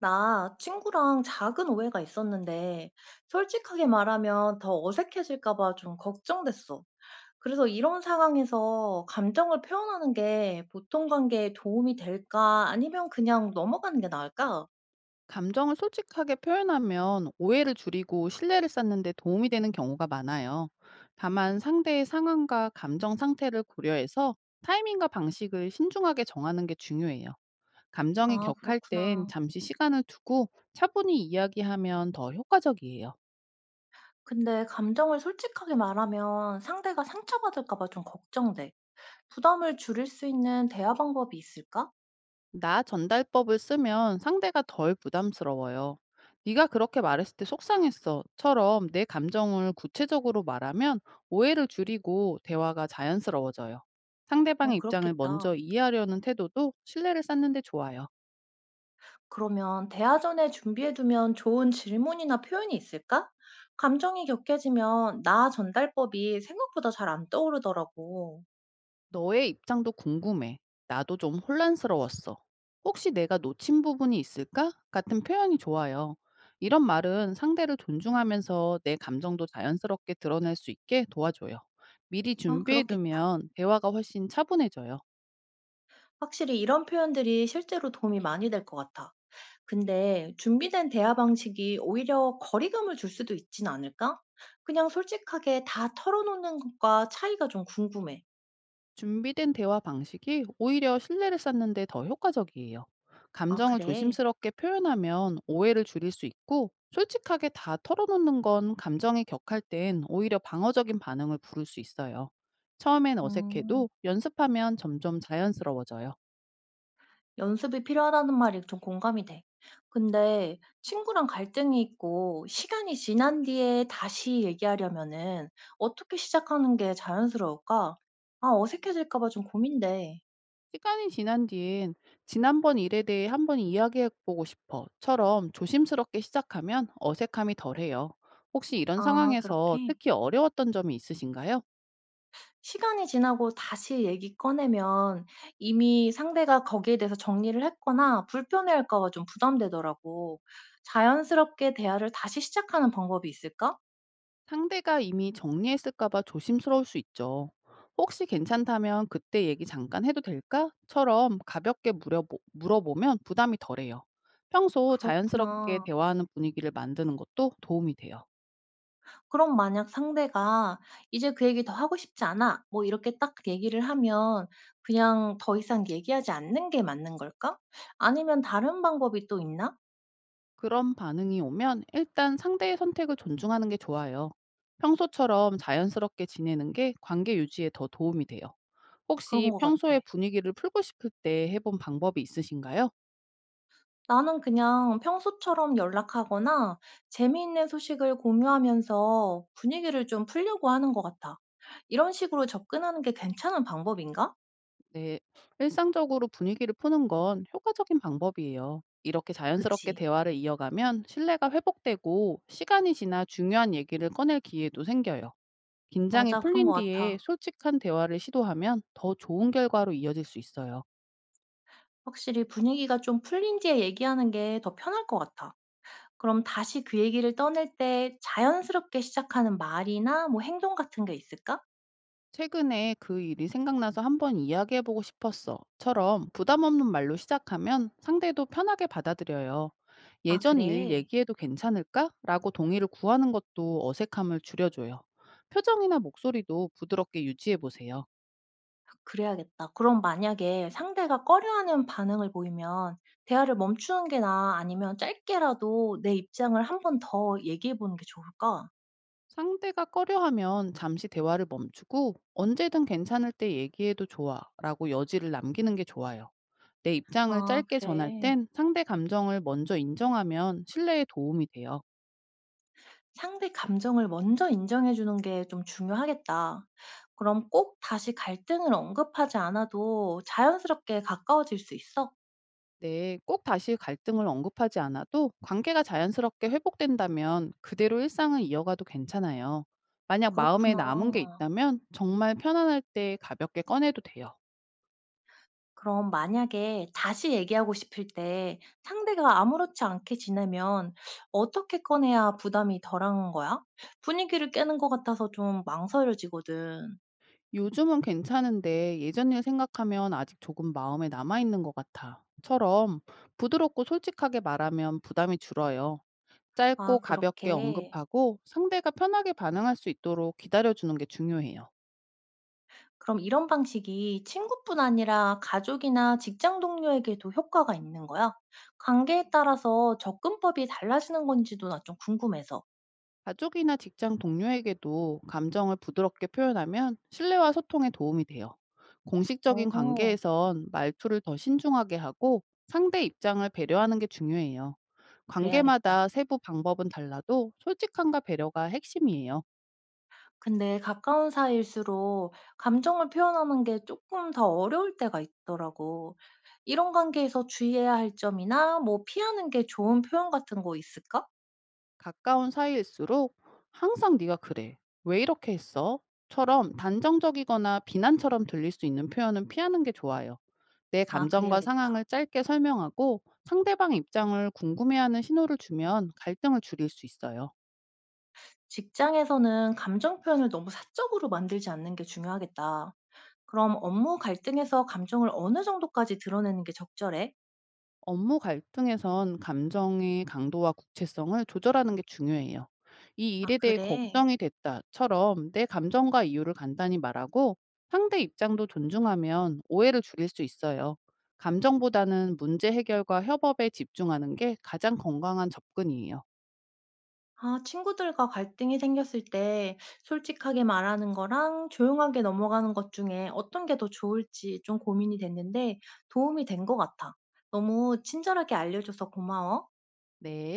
나 친구랑 작은 오해가 있었는데, 솔직하게 말하면 더 어색해질까 봐 좀 걱정됐어. 그래서 이런 상황에서 감정을 표현하는 게 보통 관계에 도움이 될까? 아니면 그냥 넘어가는 게 나을까? 감정을 솔직하게 표현하면 오해를 줄이고 신뢰를 쌓는 데 도움이 되는 경우가 많아요. 다만 상대의 상황과 감정 상태를 고려해서 타이밍과 방식을 신중하게 정하는 게 중요해요. 감정이 아, 격할 땐 그렇구나. 잠시 시간을 두고 차분히 이야기하면 더 효과적이에요. 근데 감정을 솔직하게 말하면 상대가 상처받을까 봐 좀 걱정돼. 부담을 줄일 수 있는 대화 방법이 있을까? 나 전달법을 쓰면 상대가 덜 부담스러워요. 네가 그렇게 말했을 때 속상했어.처럼 내 감정을 구체적으로 말하면 오해를 줄이고 대화가 자연스러워져요. 상대방의 어, 입장을 먼저 그렇겠다. 이해하려는 태도도 신뢰를 쌓는 데 좋아요. 그러면 대화 전에 준비해두면 좋은 질문이나 표현이 있을까? 감정이 격해지면 나 전달법이 생각보다 잘 안 떠오르더라고. 너의 입장도 궁금해. 나도 좀 혼란스러웠어. 혹시 내가 놓친 부분이 있을까? 같은 표현이 좋아요. 이런 말은 상대를 존중하면서 내 감정도 자연스럽게 드러낼 수 있게 도와줘요. 미리 아, 그렇겠다. 준비해두면 대화가 훨씬 차분해져요. 확실히 이런 표현들이 실제로 도움이 많이 될 것 같아. 근데 준비된 대화 방식이 오히려 거리감을 줄 수도 있진 않을까? 그냥 솔직하게 다 털어놓는 것과 차이가 좀 궁금해. 준비된 대화 방식이 오히려 신뢰를 쌓는 데 더 효과적이에요. 아, 감정을 그래? 조심스럽게 표현하면 오해를 줄일 수 있고, 솔직하게 다 털어놓는 건 감정이 격할 땐 오히려 방어적인 반응을 부를 수 있어요. 처음엔 음. 어색해도 연습하면 점점 자연스러워져요. 연습이 필요하다는 말이 좀 공감이 돼. 근데 친구랑 갈등이 있고 시간이 지난 뒤에 다시 얘기하려면은 어떻게 시작하는 게 자연스러울까? 아, 어색해질까 봐 좀 고민돼. 시간이 지난 뒤엔 지난번 일에 대해 한번 이야기해보고 싶어처럼 조심스럽게 시작하면 어색함이 덜해요. 혹시 이런 아, 상황에서 그렇게? 특히 어려웠던 점이 있으신가요? 시간이 지나고 다시 얘기 꺼내면 이미 상대가 거기에 대해서 정리를 했거나 불편해할까 봐 좀 부담되더라고. 자연스럽게 대화를 다시 시작하는 방법이 있을까? 상대가 이미 정리했을까 봐 조심스러울 수 있죠. 혹시 괜찮다면 그때 얘기 잠깐 해도 될까?처럼 가볍게 물어보면 부담이 덜해요. 평소 자연스럽게 그렇구나. 대화하는 분위기를 만드는 것도 도움이 돼요. 그럼 만약 상대가 "이제 그 얘기 더 하고 싶지 않아." 뭐 이렇게 딱 얘기를 하면 그냥 더 이상 얘기하지 않는 게 맞는 걸까? 아니면 다른 방법이 또 있나? 그런 반응이 오면 일단 상대의 선택을 존중하는 게 좋아요. 평소처럼 자연스럽게 지내는 게 관계 유지에 더 도움이 돼요. 그런 혹시 것 평소에 같아. 분위기를 풀고 싶을 때 해본 방법이 있으신가요? 나는 그냥 평소처럼 연락하거나 재미있는 소식을 공유하면서 분위기를 좀 풀려고 하는 것 같아. 이런 식으로 접근하는 게 괜찮은 방법인가? 네, 일상적으로 분위기를 푸는 건 효과적인 방법이에요. 이렇게 자연스럽게 그치. 대화를 이어가면 신뢰가 회복되고 시간이 지나 중요한 얘기를 꺼낼 기회도 생겨요. 긴장이 맞아. 그런 풀린 것 뒤에 같아. 솔직한 대화를 시도하면 더 좋은 결과로 이어질 수 있어요. 확실히 분위기가 좀 풀린 뒤에 얘기하는 게 더 편할 것 같아. 그럼 다시 그 얘기를 떠낼 때 자연스럽게 시작하는 말이나 뭐 행동 같은 게 있을까? 최근에 그 일이 생각나서 한번 이야기해보고 싶었어.처럼 부담 없는 말로 시작하면 상대도 편하게 받아들여요. "아 예전 일 그래. 얘기해도 괜찮을까? 라고 동의를 구하는 것도 어색함을 줄여줘요. 표정이나 목소리도 부드럽게 유지해보세요. 그래야겠다." 그럼 만약에 상대가 꺼려하는 반응을 보이면 대화를 멈추는 게 나아 아니면 짧게라도 내 입장을 한 번 더 얘기해 보는 게 좋을까? 상대가 꺼려하면 잠시 대화를 멈추고 언제든 괜찮을 때 얘기해도 좋아 라고 여지를 남기는 게 좋아요. 내 입장을 "아 짧게 전할 그래." 땐 상대 감정을 먼저 인정하면 신뢰에 도움이 돼요. 상대 감정을 먼저 인정해 주는 게 좀 중요하겠다. 그럼 꼭 다시 갈등을 언급하지 않아도 자연스럽게 가까워질 수 있어? 네, 꼭 다시 갈등을 언급하지 않아도 관계가 자연스럽게 회복된다면 그대로 일상을 이어가도 괜찮아요. 만약 마음에 남은 게 그렇구나. 있다면 정말 편안할 때 가볍게 꺼내도 돼요. 그럼 만약에 다시 얘기하고 싶을 때 상대가 아무렇지 않게 지내면 어떻게 꺼내야 부담이 덜한 거야? 분위기를 깨는 것 같아서 좀 망설여지거든. 요즘은 괜찮은데 예전 일 생각하면 아직 조금 마음에 남아있는 것 같아. 처럼 부드럽고 솔직하게 말하면 부담이 줄어요. 짧고 아, 가볍게 그렇게. 언급하고 상대가 편하게 반응할 수 있도록 기다려주는 게 중요해요. 그럼 이런 방식이 친구뿐 아니라 가족이나 직장 동료에게도 효과가 있는 거야? 관계에 따라서 접근법이 달라지는 건지도 나 좀 궁금해서. 가족이나 직장 동료에게도 감정을 부드럽게 표현하면 신뢰와 소통에 도움이 돼요. 공식적인 오호, 관계에선 말투를 더 신중하게 하고 상대 입장을 배려하는 게 중요해요. 그래야겠다. 관계마다 세부 방법은 달라도 솔직함과 배려가 핵심이에요. 근데 가까운 사이일수록 감정을 표현하는 게 조금 더 어려울 때가 있더라고. 이런 관계에서 주의해야 할 점이나 뭐 피하는 게 좋은 표현 같은 거 있을까? 가까운 사이일수록 항상 네가 그래. 왜 이렇게 했어? 처럼 단정적이거나 비난처럼 들릴 수 있는 표현은 피하는 게 좋아요. 내 아 감정과 그래야겠다. 상황을 짧게 설명하고 상대방 입장을 궁금해하는 신호를 주면 갈등을 줄일 수 있어요. 직장에서는 감정 표현을 너무 사적으로 만들지 않는 게 중요하겠다. 그럼 업무 갈등에서 감정을 어느 정도까지 드러내는 게 적절해? 업무 갈등에선 감정의 강도와 구체성을 조절하는 게 중요해요. 이 아 일에 대해 그래. 걱정이 됐다처럼 내 감정과 이유를 간단히 말하고 상대 입장도 존중하면 오해를 줄일 수 있어요. 감정보다는 문제 해결과 협업에 집중하는 게 가장 건강한 접근이에요. 아, 친구들과 갈등이 생겼을 때 솔직하게 말하는 거랑 조용하게 넘어가는 것 중에 어떤 게 더 좋을지 좀 고민이 됐는데 도움이 된 것 같아. 너무 친절하게 알려줘서 고마워. 네.